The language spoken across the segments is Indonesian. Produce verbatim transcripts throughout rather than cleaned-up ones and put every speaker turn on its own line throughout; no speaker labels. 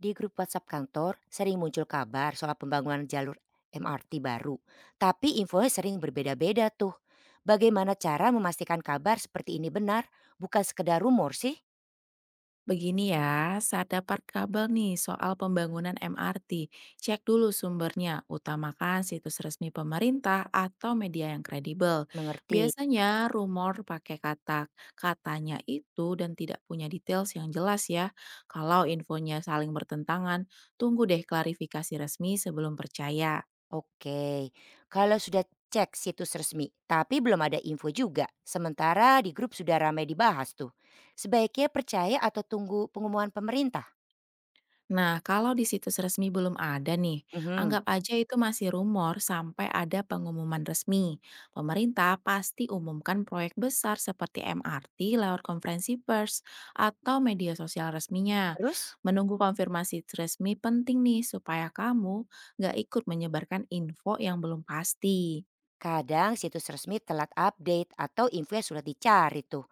Di grup WhatsApp kantor sering muncul kabar soal pembangunan jalur M R T baru, tapi infonya sering berbeda-beda tuh. Bagaimana cara memastikan kabar seperti ini benar, bukan sekedar rumor sih?
Begini ya, saat dapat kabar nih soal pembangunan M R T, cek dulu sumbernya, utamakan situs resmi pemerintah atau media yang kredibel.
Mengerti.
Biasanya rumor pakai kata katanya itu dan tidak punya details yang jelas ya. Kalau infonya saling bertentangan, tunggu deh klarifikasi resmi sebelum percaya.
Oke. Kalau sudah cek situs resmi, tapi belum ada info juga. Sementara di grup sudah ramai dibahas tuh. Sebaiknya percaya atau tunggu pengumuman pemerintah?
Nah, kalau di situs resmi belum ada nih,
Mhm.
anggap aja itu masih rumor sampai ada pengumuman resmi. Pemerintah pasti umumkan proyek besar seperti M R T lewat konferensi pers atau media sosial resminya.
Terus?
Menunggu konfirmasi resmi penting nih supaya kamu nggak ikut menyebarkan info yang belum pasti.
Kadang situs resmi telat update atau info yang sudah dicari tuh.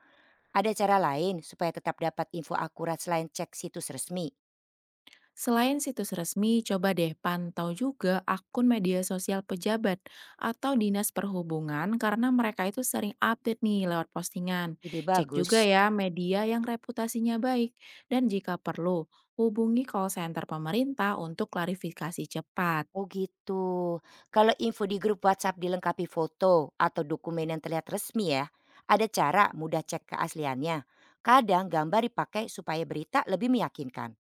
Ada cara lain supaya tetap dapat info akurat selain cek situs resmi?
Selain situs resmi, coba deh pantau juga akun media sosial pejabat atau dinas perhubungan karena mereka itu sering update nih lewat postingan.
Ide
Cek
bagus.
juga ya media yang reputasinya baik dan jika perlu, hubungi call center pemerintah untuk klarifikasi cepat.
Oh gitu. Kalau info di grup WhatsApp dilengkapi foto atau dokumen yang terlihat resmi ya, ada cara mudah cek keasliannya. Kadang gambar dipakai supaya berita lebih meyakinkan.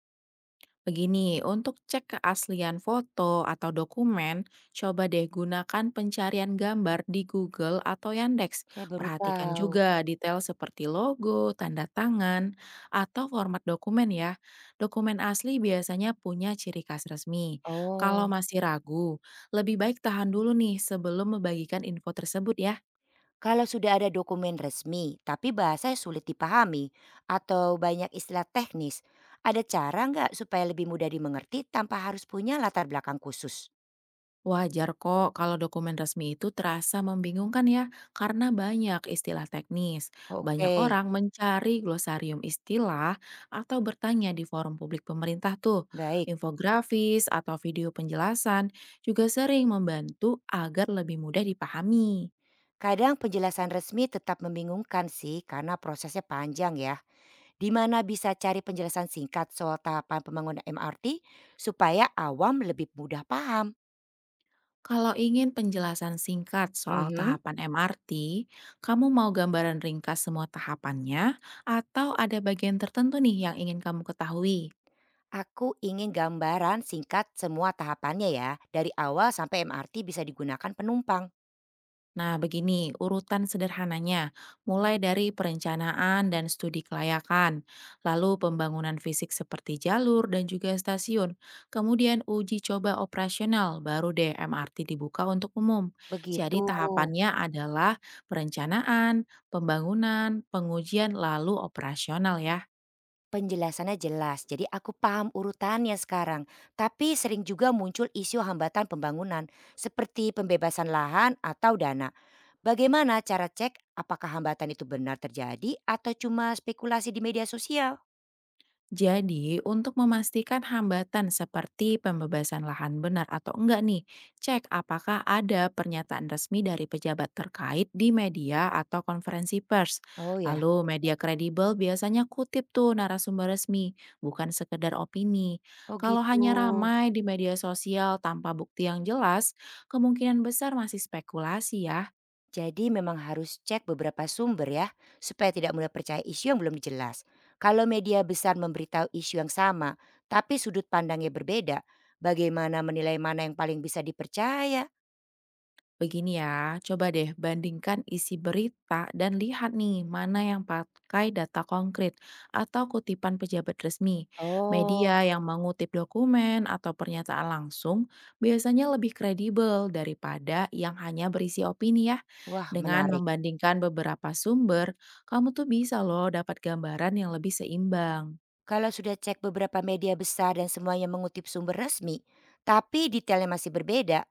Begini, untuk cek keaslian foto atau dokumen, coba deh gunakan pencarian gambar di Google atau Yandex.
Saya baru
Perhatikan
tahu.
juga detail seperti logo, tanda tangan, atau format dokumen ya. Dokumen asli biasanya punya ciri khas resmi. Kalau
Oh,
masih ragu, lebih baik tahan dulu nih sebelum membagikan info tersebut ya.
kalau sudah ada dokumen resmi tapi bahasanya sulit dipahami atau banyak istilah teknis, ada cara nggak supaya lebih mudah dimengerti tanpa harus punya latar belakang khusus?
Wajar kok kalau dokumen resmi itu terasa membingungkan ya, karena banyak istilah teknis. Banyak
Oke,
orang mencari glosarium istilah atau bertanya di forum publik pemerintah tuh.
baik.
Infografis atau video penjelasan juga sering membantu agar lebih mudah dipahami.
Kadang penjelasan resmi tetap membingungkan sih karena prosesnya panjang ya. Di mana bisa cari penjelasan singkat soal tahapan pembangunan M R T supaya awam lebih mudah paham.
Kalau ingin penjelasan singkat soal
Mhm.
tahapan M R T, kamu mau gambaran ringkas semua tahapannya atau ada bagian tertentu nih yang ingin kamu ketahui?
Aku ingin gambaran singkat semua tahapannya ya, dari awal sampai M R T bisa digunakan penumpang.
Nah, begini urutan sederhananya, mulai dari perencanaan dan studi kelayakan, lalu pembangunan fisik seperti jalur dan juga stasiun, kemudian uji coba operasional, baru deh M R T dibuka untuk umum.
Begitu.
Jadi tahapannya adalah perencanaan, pembangunan, pengujian, lalu operasional ya.
Penjelasannya jelas, jadi aku paham urutannya sekarang. Tapi sering juga muncul isu hambatan pembangunan, seperti pembebasan lahan atau dana. Bagaimana cara cek apakah hambatan itu benar terjadi atau cuma spekulasi di media sosial?
Jadi, untuk memastikan hambatan seperti pembebasan lahan benar atau enggak nih, cek apakah ada pernyataan resmi dari pejabat terkait di media atau konferensi pers.
Oh ya,
Lalu media kredibel biasanya kutip tuh narasumber resmi, bukan sekedar opini.
oh
Kalau
gitu.
hanya ramai di media sosial tanpa bukti yang jelas, kemungkinan besar masih spekulasi ya.
Jadi memang harus cek beberapa sumber ya, supaya tidak mudah percaya isu yang belum jelas. Kalau media besar memberitahu isu yang sama, tapi sudut pandangnya berbeda, bagaimana menilai mana yang paling bisa dipercaya?
Begini ya, coba deh bandingkan isi berita dan lihat nih mana yang pakai data konkret atau kutipan pejabat resmi.
Oh,
Media yang mengutip dokumen atau pernyataan langsung biasanya lebih kredibel daripada yang hanya berisi opini ya.
wah
Dengan
menarik.
membandingkan beberapa sumber, kamu tuh bisa loh dapat gambaran yang lebih seimbang.
Kalau sudah cek beberapa media besar dan semuanya mengutip sumber resmi, tapi detailnya masih berbeda,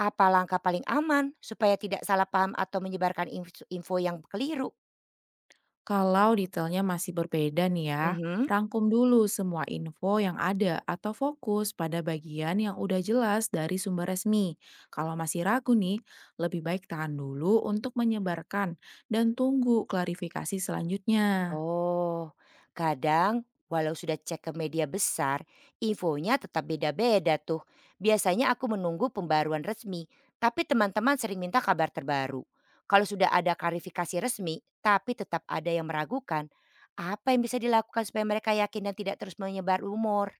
apa langkah paling aman supaya tidak salah paham atau menyebarkan info info yang keliru?
Kalau detailnya masih berbeda nih ya,
Mhm.
rangkum dulu semua info yang ada atau fokus pada bagian yang udah jelas dari sumber resmi. Kalau masih ragu nih, lebih baik tahan dulu untuk menyebarkan dan tunggu klarifikasi selanjutnya.
Oh, kadang walau sudah cek ke media besar, infonya tetap beda-beda tuh. Biasanya aku menunggu pembaruan resmi, tapi teman-teman sering minta kabar terbaru. Kalau sudah ada klarifikasi resmi, tapi tetap ada yang meragukan, apa yang bisa dilakukan supaya mereka yakin dan tidak terus menyebar rumor?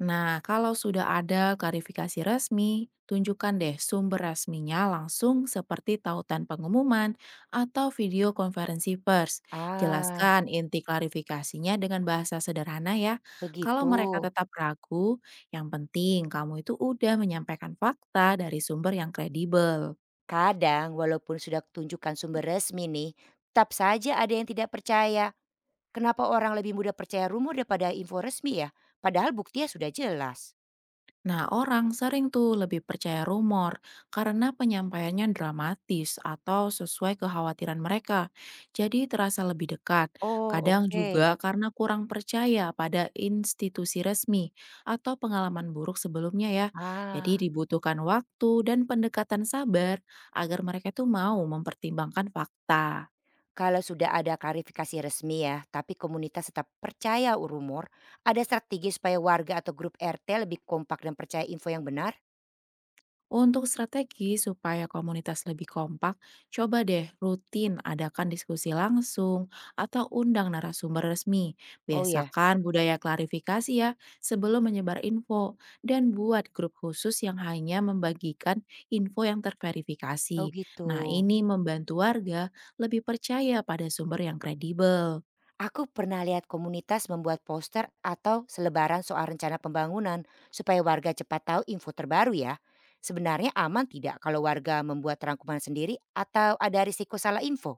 Nah, kalau sudah ada klarifikasi resmi, tunjukkan deh sumber resminya langsung seperti tautan pengumuman atau video konferensi pers.
Ah,
Jelaskan inti klarifikasinya dengan bahasa sederhana ya. Kalau
begitu.
mereka tetap ragu, yang penting kamu itu udah menyampaikan fakta dari sumber yang kredibel.
Kadang walaupun sudah tunjukkan sumber resmi nih, tetap saja ada yang tidak percaya. Kenapa orang lebih mudah percaya rumor daripada info resmi ya? Padahal buktinya sudah jelas.
Nah, orang sering tuh lebih percaya rumor karena penyampaiannya dramatis atau sesuai kekhawatiran mereka. Jadi terasa lebih dekat.
Oh,
Kadang
oke.
juga karena kurang percaya pada institusi resmi atau pengalaman buruk sebelumnya ya. Jadi
Ah,
dibutuhkan waktu dan pendekatan sabar agar mereka tuh mau mempertimbangkan fakta.
kalau sudah ada klarifikasi resmi ya, tapi komunitas tetap percaya rumor, ada strategi supaya warga atau grup R T lebih kompak dan percaya info yang benar?
Untuk strategi supaya komunitas lebih kompak, coba deh rutin adakan diskusi langsung atau undang narasumber resmi.
Oh ya,
Biasakan budaya klarifikasi ya sebelum menyebar info dan buat grup khusus yang hanya membagikan info yang
oh
terverifikasi.
gitu.
Nah ini membantu warga lebih percaya pada sumber yang kredibel.
Aku pernah lihat komunitas membuat poster atau selebaran soal rencana pembangunan supaya warga cepat tahu info terbaru ya. Sebenarnya aman tidak kalau warga membuat rangkuman sendiri atau ada risiko salah info?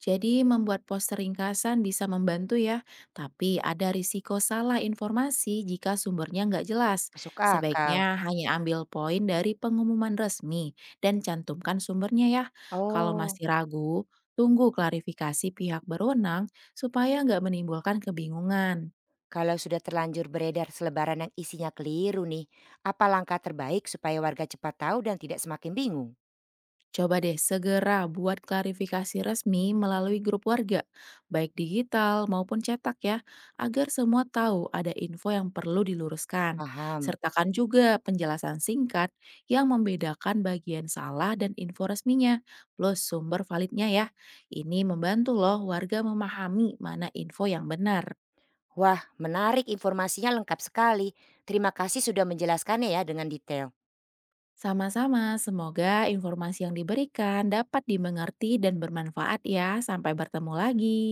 Jadi membuat poster ringkasan bisa membantu ya, tapi ada risiko salah informasi jika sumbernya nggak jelas.
Masuk akal.
Sebaiknya hanya ambil poin dari pengumuman resmi dan cantumkan sumbernya ya. Kalau
Oh,
masih ragu, tunggu klarifikasi pihak berwenang supaya nggak menimbulkan kebingungan.
kalau sudah terlanjur beredar selebaran yang isinya keliru nih, apa langkah terbaik supaya warga cepat tahu dan tidak semakin bingung?
Coba deh segera buat klarifikasi resmi melalui grup warga, baik digital maupun cetak ya, agar semua tahu ada info yang perlu diluruskan.
Paham.
Sertakan juga penjelasan singkat yang membedakan bagian salah dan info resminya, plus sumber validnya ya. Ini membantu loh warga memahami mana info yang benar.
Wah, menarik informasinya lengkap sekali. Terima kasih sudah menjelaskannya ya dengan detail.
Sama-sama, semoga informasi yang diberikan dapat dimengerti dan bermanfaat ya. Sampai bertemu lagi.